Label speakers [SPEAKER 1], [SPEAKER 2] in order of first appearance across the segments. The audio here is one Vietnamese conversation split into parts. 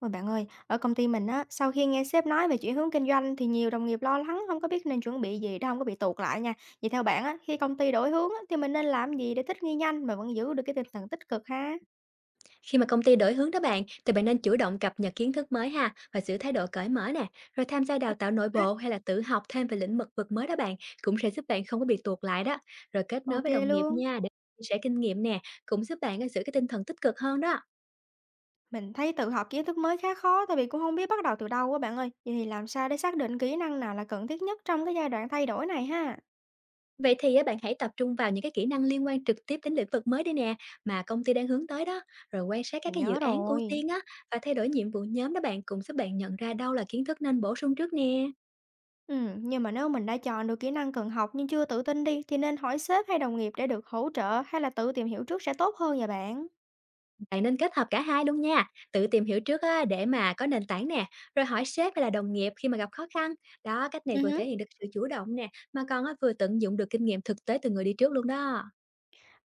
[SPEAKER 1] Ôi bạn ơi, ở công ty mình á, sau khi nghe sếp nói về chuyển hướng kinh doanh thì nhiều đồng nghiệp lo lắng không có biết nên chuẩn bị gì để không có bị tụt lại nha. Vậy theo bạn á, khi công ty đổi hướng á, thì mình nên làm gì để thích nghi nhanh mà vẫn giữ được cái tinh thần tích cực ha?
[SPEAKER 2] Khi mà công ty đổi hướng đó bạn, thì bạn nên chủ động cập nhật kiến thức mới ha và giữ thái độ cởi mở nè, rồi tham gia đào tạo nội
[SPEAKER 1] Á.
[SPEAKER 2] bộ hay là tự học thêm về lĩnh vực vực mới đó bạn, cũng sẽ giúp bạn không có bị tuột lại đó. Rồi kết nối
[SPEAKER 1] Ok
[SPEAKER 2] với đồng nghiệp
[SPEAKER 1] luôn.
[SPEAKER 2] nha để chia sẻ kinh nghiệm nè, cũng giúp bạn á, giữ cái tinh thần tích cực hơn đó.
[SPEAKER 1] Mình thấy tự học kiến thức mới khá khó tại vì cũng không biết bắt đầu từ đâu á bạn ơi. Vậy thì làm sao để xác định kỹ năng nào là cần thiết nhất trong cái giai đoạn thay đổi này ha?
[SPEAKER 2] Vậy thì á, bạn hãy tập trung vào những cái kỹ năng liên quan trực tiếp đến lĩnh vực mới đi nè mà công ty đang hướng tới đó, rồi quan sát các
[SPEAKER 1] Mình
[SPEAKER 2] cái dự
[SPEAKER 1] nhớ
[SPEAKER 2] án ưu
[SPEAKER 1] rồi.
[SPEAKER 2] tiên á và thay đổi nhiệm vụ nhóm đó bạn, cũng giúp bạn nhận ra đâu là kiến thức nên bổ sung trước nè.
[SPEAKER 1] Ừ, nhưng mà nếu mình đã chọn được kỹ năng cần học nhưng chưa tự tin đi thì nên hỏi sếp hay đồng nghiệp để được hỗ trợ hay là tự tìm hiểu trước sẽ tốt hơn vậy bạn?
[SPEAKER 2] Bạn nên kết hợp cả hai luôn nha, tự tìm hiểu trước á, để mà có nền tảng nè, rồi hỏi sếp hay là đồng nghiệp khi mà gặp khó khăn. Đó, cách này vừa
[SPEAKER 1] Hứm,
[SPEAKER 2] thể hiện được sự chủ động nè, mà còn á, vừa tận dụng được kinh nghiệm thực tế từ người đi trước luôn đó.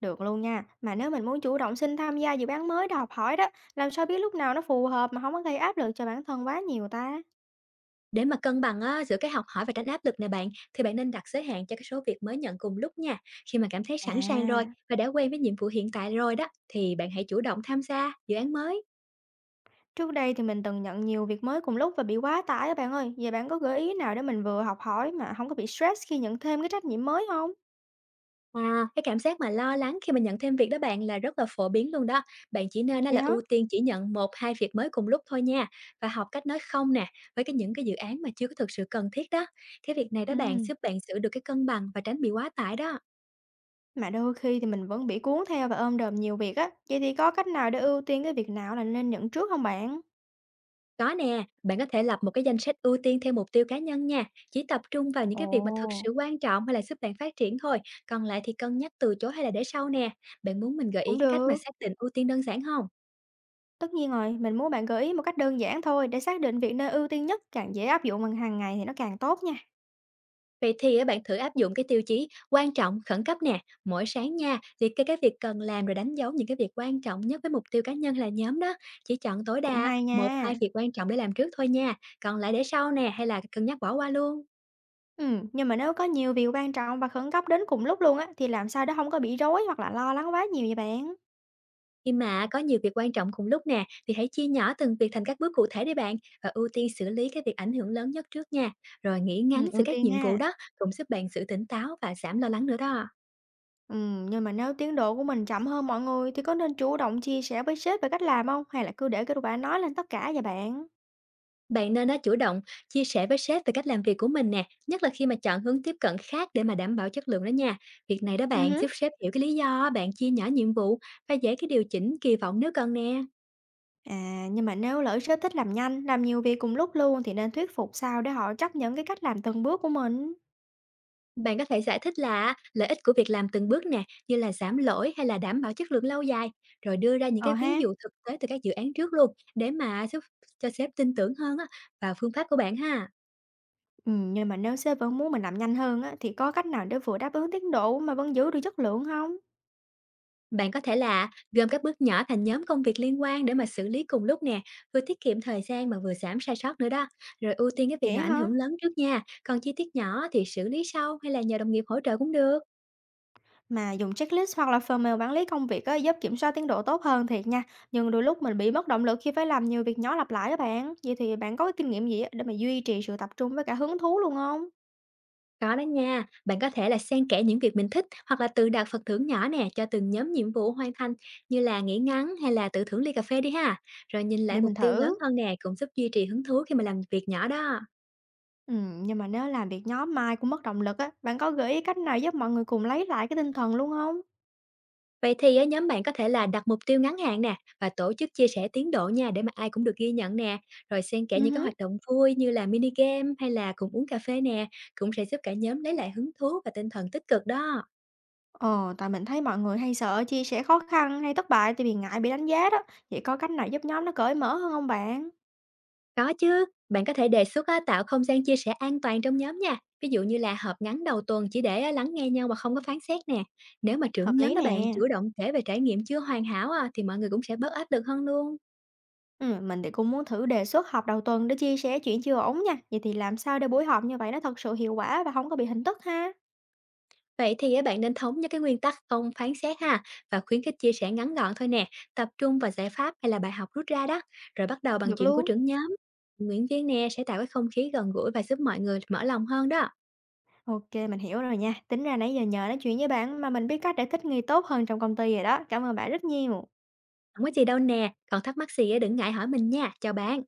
[SPEAKER 1] được luôn nha. Mà nếu mình muốn chủ động xin tham gia dự án mới để học hỏi đó, làm sao biết lúc nào nó phù hợp mà không có gây áp lực cho bản thân quá nhiều ta?
[SPEAKER 2] Để mà cân bằng á, giữa cái học hỏi và tránh áp lực nè bạn, thì bạn nên đặt giới hạn cho cái số việc mới nhận cùng lúc nha. Khi mà cảm thấy sẵn sàng rồi
[SPEAKER 1] À,
[SPEAKER 2] và đã quen với nhiệm vụ hiện tại rồi đó, thì bạn hãy chủ động tham gia dự án mới.
[SPEAKER 1] trước đây thì mình từng nhận nhiều việc mới cùng lúc và bị quá tải á bạn ơi. Vậy bạn có gợi ý nào để mình vừa học hỏi mà không có bị stress khi nhận thêm cái trách nhiệm mới không?
[SPEAKER 2] À, cái cảm giác mà lo lắng khi mà nhận thêm việc đó bạn, là rất là phổ biến luôn đó. Bạn chỉ nên á
[SPEAKER 1] Vậy
[SPEAKER 2] là
[SPEAKER 1] hả?
[SPEAKER 2] ưu tiên chỉ nhận một 2 việc mới cùng lúc thôi nha, và học cách nói không nè với cái những cái dự án mà chưa có thực sự cần thiết đó. Cái việc này đó
[SPEAKER 1] Ừ.
[SPEAKER 2] bạn, giúp bạn giữ được cái cân bằng và tránh bị quá tải đó.
[SPEAKER 1] Mà đôi khi thì mình vẫn bị cuốn theo và ôm đồm nhiều việc á. Vậy thì có cách nào để ưu tiên cái việc nào là nên nhận trước không bạn?
[SPEAKER 2] Có nè, bạn có thể lập một cái danh sách ưu tiên theo mục tiêu cá nhân nha, chỉ tập trung vào những
[SPEAKER 1] Ồ.
[SPEAKER 2] cái việc mà thực sự quan trọng hay là giúp bạn phát triển thôi, còn lại thì cân nhắc từ chối hay là để sau nè. Bạn muốn mình gợi ý
[SPEAKER 1] Cũng
[SPEAKER 2] cái cách mà
[SPEAKER 1] được.
[SPEAKER 2] xác định ưu tiên đơn giản không?
[SPEAKER 1] Tất nhiên rồi, mình muốn bạn gợi ý một cách đơn giản thôi để xác định việc nơi ưu tiên nhất, càng dễ áp dụng bằng hàng ngày thì nó càng tốt nha.
[SPEAKER 2] Vậy thì á, bạn thử áp dụng cái tiêu chí quan trọng, khẩn cấp nè, mỗi sáng nha, liệt kê cái việc cần làm rồi đánh dấu những cái việc quan trọng nhất với mục tiêu cá nhân hay là nhóm đó. Chỉ chọn tối
[SPEAKER 1] Cũng
[SPEAKER 2] đa
[SPEAKER 1] hay
[SPEAKER 2] một
[SPEAKER 1] nha.
[SPEAKER 2] hai việc quan trọng để làm trước thôi nha, còn lại để sau nè hay là cân nhắc bỏ qua luôn.
[SPEAKER 1] Ừ, nhưng mà nếu có nhiều việc quan trọng và khẩn cấp đến cùng lúc luôn á, thì làm sao để không có bị rối hoặc là lo lắng quá nhiều vậy bạn?
[SPEAKER 2] Khi mà có nhiều việc quan trọng cùng lúc nè, thì hãy chia nhỏ từng việc thành các bước cụ thể để bạn và ưu tiên xử lý cái việc ảnh hưởng lớn nhất trước nha. Rồi nghĩ
[SPEAKER 1] Ừ,
[SPEAKER 2] ngắn sự
[SPEAKER 1] ưu
[SPEAKER 2] các
[SPEAKER 1] tiên
[SPEAKER 2] nhiệm vụ
[SPEAKER 1] ha.
[SPEAKER 2] đó, cũng giúp bạn giữ tỉnh táo và giảm lo lắng nữa đó.
[SPEAKER 1] Ừ, nhưng mà nếu tiến độ của mình chậm hơn mọi người thì có nên chủ động chia sẻ với sếp về cách làm không? Hay là cứ để kết quả nói lên tất cả vậy bạn?
[SPEAKER 2] Bạn nên đã chủ động chia sẻ với sếp về cách làm việc của mình nè, nhất là khi mà chọn hướng tiếp cận khác để mà đảm bảo chất lượng đó nha. Việc này đó
[SPEAKER 1] Ừ,
[SPEAKER 2] bạn,
[SPEAKER 1] hứ.
[SPEAKER 2] giúp sếp hiểu cái lý do bạn chia nhỏ nhiệm vụ và dễ cái điều chỉnh kỳ vọng nếu cần nè.
[SPEAKER 1] À, nhưng mà nếu lỡ sếp thích làm nhanh, làm nhiều việc cùng lúc luôn thì nên thuyết phục sao để họ chấp nhận cái cách làm từng bước của mình?
[SPEAKER 2] Bạn có thể giải thích là lợi ích của việc làm từng bước nè, như là giảm lỗi hay là đảm bảo chất lượng lâu dài, rồi đưa ra những
[SPEAKER 1] Ờ
[SPEAKER 2] cái ví
[SPEAKER 1] ha.
[SPEAKER 2] dụ thực tế từ các dự án trước luôn để mà giúp cho sếp tin tưởng hơn á, vào phương pháp của bạn ha.
[SPEAKER 1] Nhưng mà nếu sếp vẫn muốn mình làm nhanh hơn á, thì có cách nào để vừa đáp ứng tiến độ mà vẫn giữ được chất lượng không?
[SPEAKER 2] Bạn có thể là gom các bước nhỏ thành nhóm công việc liên quan để mà xử lý cùng lúc nè, vừa tiết kiệm thời gian mà vừa giảm sai sót nữa đó. Rồi ưu tiên cái việc
[SPEAKER 1] Vậy
[SPEAKER 2] nào ảnh
[SPEAKER 1] hả?
[SPEAKER 2] hưởng lớn trước nha, còn chi tiết nhỏ thì xử lý sau hay là nhờ đồng nghiệp hỗ trợ cũng được.
[SPEAKER 1] Mà dùng checklist hoặc là phần mềm quản lý công việc á, giúp kiểm soát tiến độ tốt hơn thiệt nha. Nhưng đôi lúc mình bị mất động lực khi phải làm nhiều việc nhỏ lặp lại các bạn. Vậy thì bạn có cái kinh nghiệm gì á để mà duy trì sự tập trung với cả hứng thú luôn không?
[SPEAKER 2] Có đó nha, bạn có thể là xen kẽ những việc mình thích hoặc là tự đặt phần thưởng nhỏ nè cho từng nhóm nhiệm vụ hoàn thành, như là nghỉ ngắn hay là tự thưởng ly cà phê đi ha. Rồi nhìn lại
[SPEAKER 1] Để
[SPEAKER 2] mục
[SPEAKER 1] mình
[SPEAKER 2] tiêu lớn
[SPEAKER 1] thử.
[SPEAKER 2] hơn nè, cũng giúp duy trì hứng thú khi mà làm việc nhỏ đó.
[SPEAKER 1] Nhưng mà nếu làm việc nhóm mai cũng mất động lực á, bạn có gợi ý cách nào giúp mọi người cùng lấy lại cái tinh thần luôn không?
[SPEAKER 2] Vậy thì á, nhóm bạn có thể là đặt mục tiêu ngắn hạn nè và tổ chức chia sẻ tiến độ nha, để mà ai cũng được ghi nhận nè. Rồi xen kẽ những cái
[SPEAKER 1] Ừm.
[SPEAKER 2] hoạt động vui như là mini game hay là cùng uống cà phê nè, cũng sẽ giúp cả nhóm lấy lại hứng thú và tinh thần tích cực đó.
[SPEAKER 1] Ờ, tại mình thấy mọi người hay sợ chia sẻ khó khăn hay thất bại tại vì ngại bị đánh giá đó. Vậy có cách nào giúp nhóm nó cởi mở hơn không bạn?
[SPEAKER 2] Có chứ, bạn có thể đề xuất á, tạo không gian chia sẻ an toàn trong nhóm nha. Ví dụ như là họp ngắn đầu tuần chỉ để á, lắng nghe nhau mà không có phán xét nè. Nếu mà
[SPEAKER 1] Hợp
[SPEAKER 2] trưởng nhóm
[SPEAKER 1] lý
[SPEAKER 2] đó bạn
[SPEAKER 1] nè.
[SPEAKER 2] chủ động kể về trải nghiệm chưa hoàn hảo à, thì mọi người cũng sẽ bớt áp lực hơn luôn.
[SPEAKER 1] Ừ, mình thì cũng muốn thử đề xuất họp đầu tuần để chia sẻ chuyện chưa ổn nha. Vậy thì làm sao để buổi họp như vậy nó thật sự hiệu quả và không có bị hình thức ha?
[SPEAKER 2] Vậy thì á, bạn nên thống nhất cái nguyên tắc không phán xét ha và khuyến khích chia sẻ ngắn gọn thôi nè, tập trung vào giải pháp hay là bài học rút ra đó, rồi bắt đầu bằng
[SPEAKER 1] Được
[SPEAKER 2] chuyện của
[SPEAKER 1] luôn.
[SPEAKER 2] trưởng nhóm. Nguyễn viên nè sẽ tạo cái không khí gần gũi và giúp mọi người mở lòng hơn đó.
[SPEAKER 1] Ok, mình hiểu rồi nha. Tính ra nãy giờ nhờ nói chuyện với bạn mà mình biết cách để thích nghi tốt hơn trong công ty rồi đó. Cảm ơn bạn rất nhiều.
[SPEAKER 2] Không có gì đâu nè, còn thắc mắc gì á, đừng ngại hỏi mình nha, chào bạn.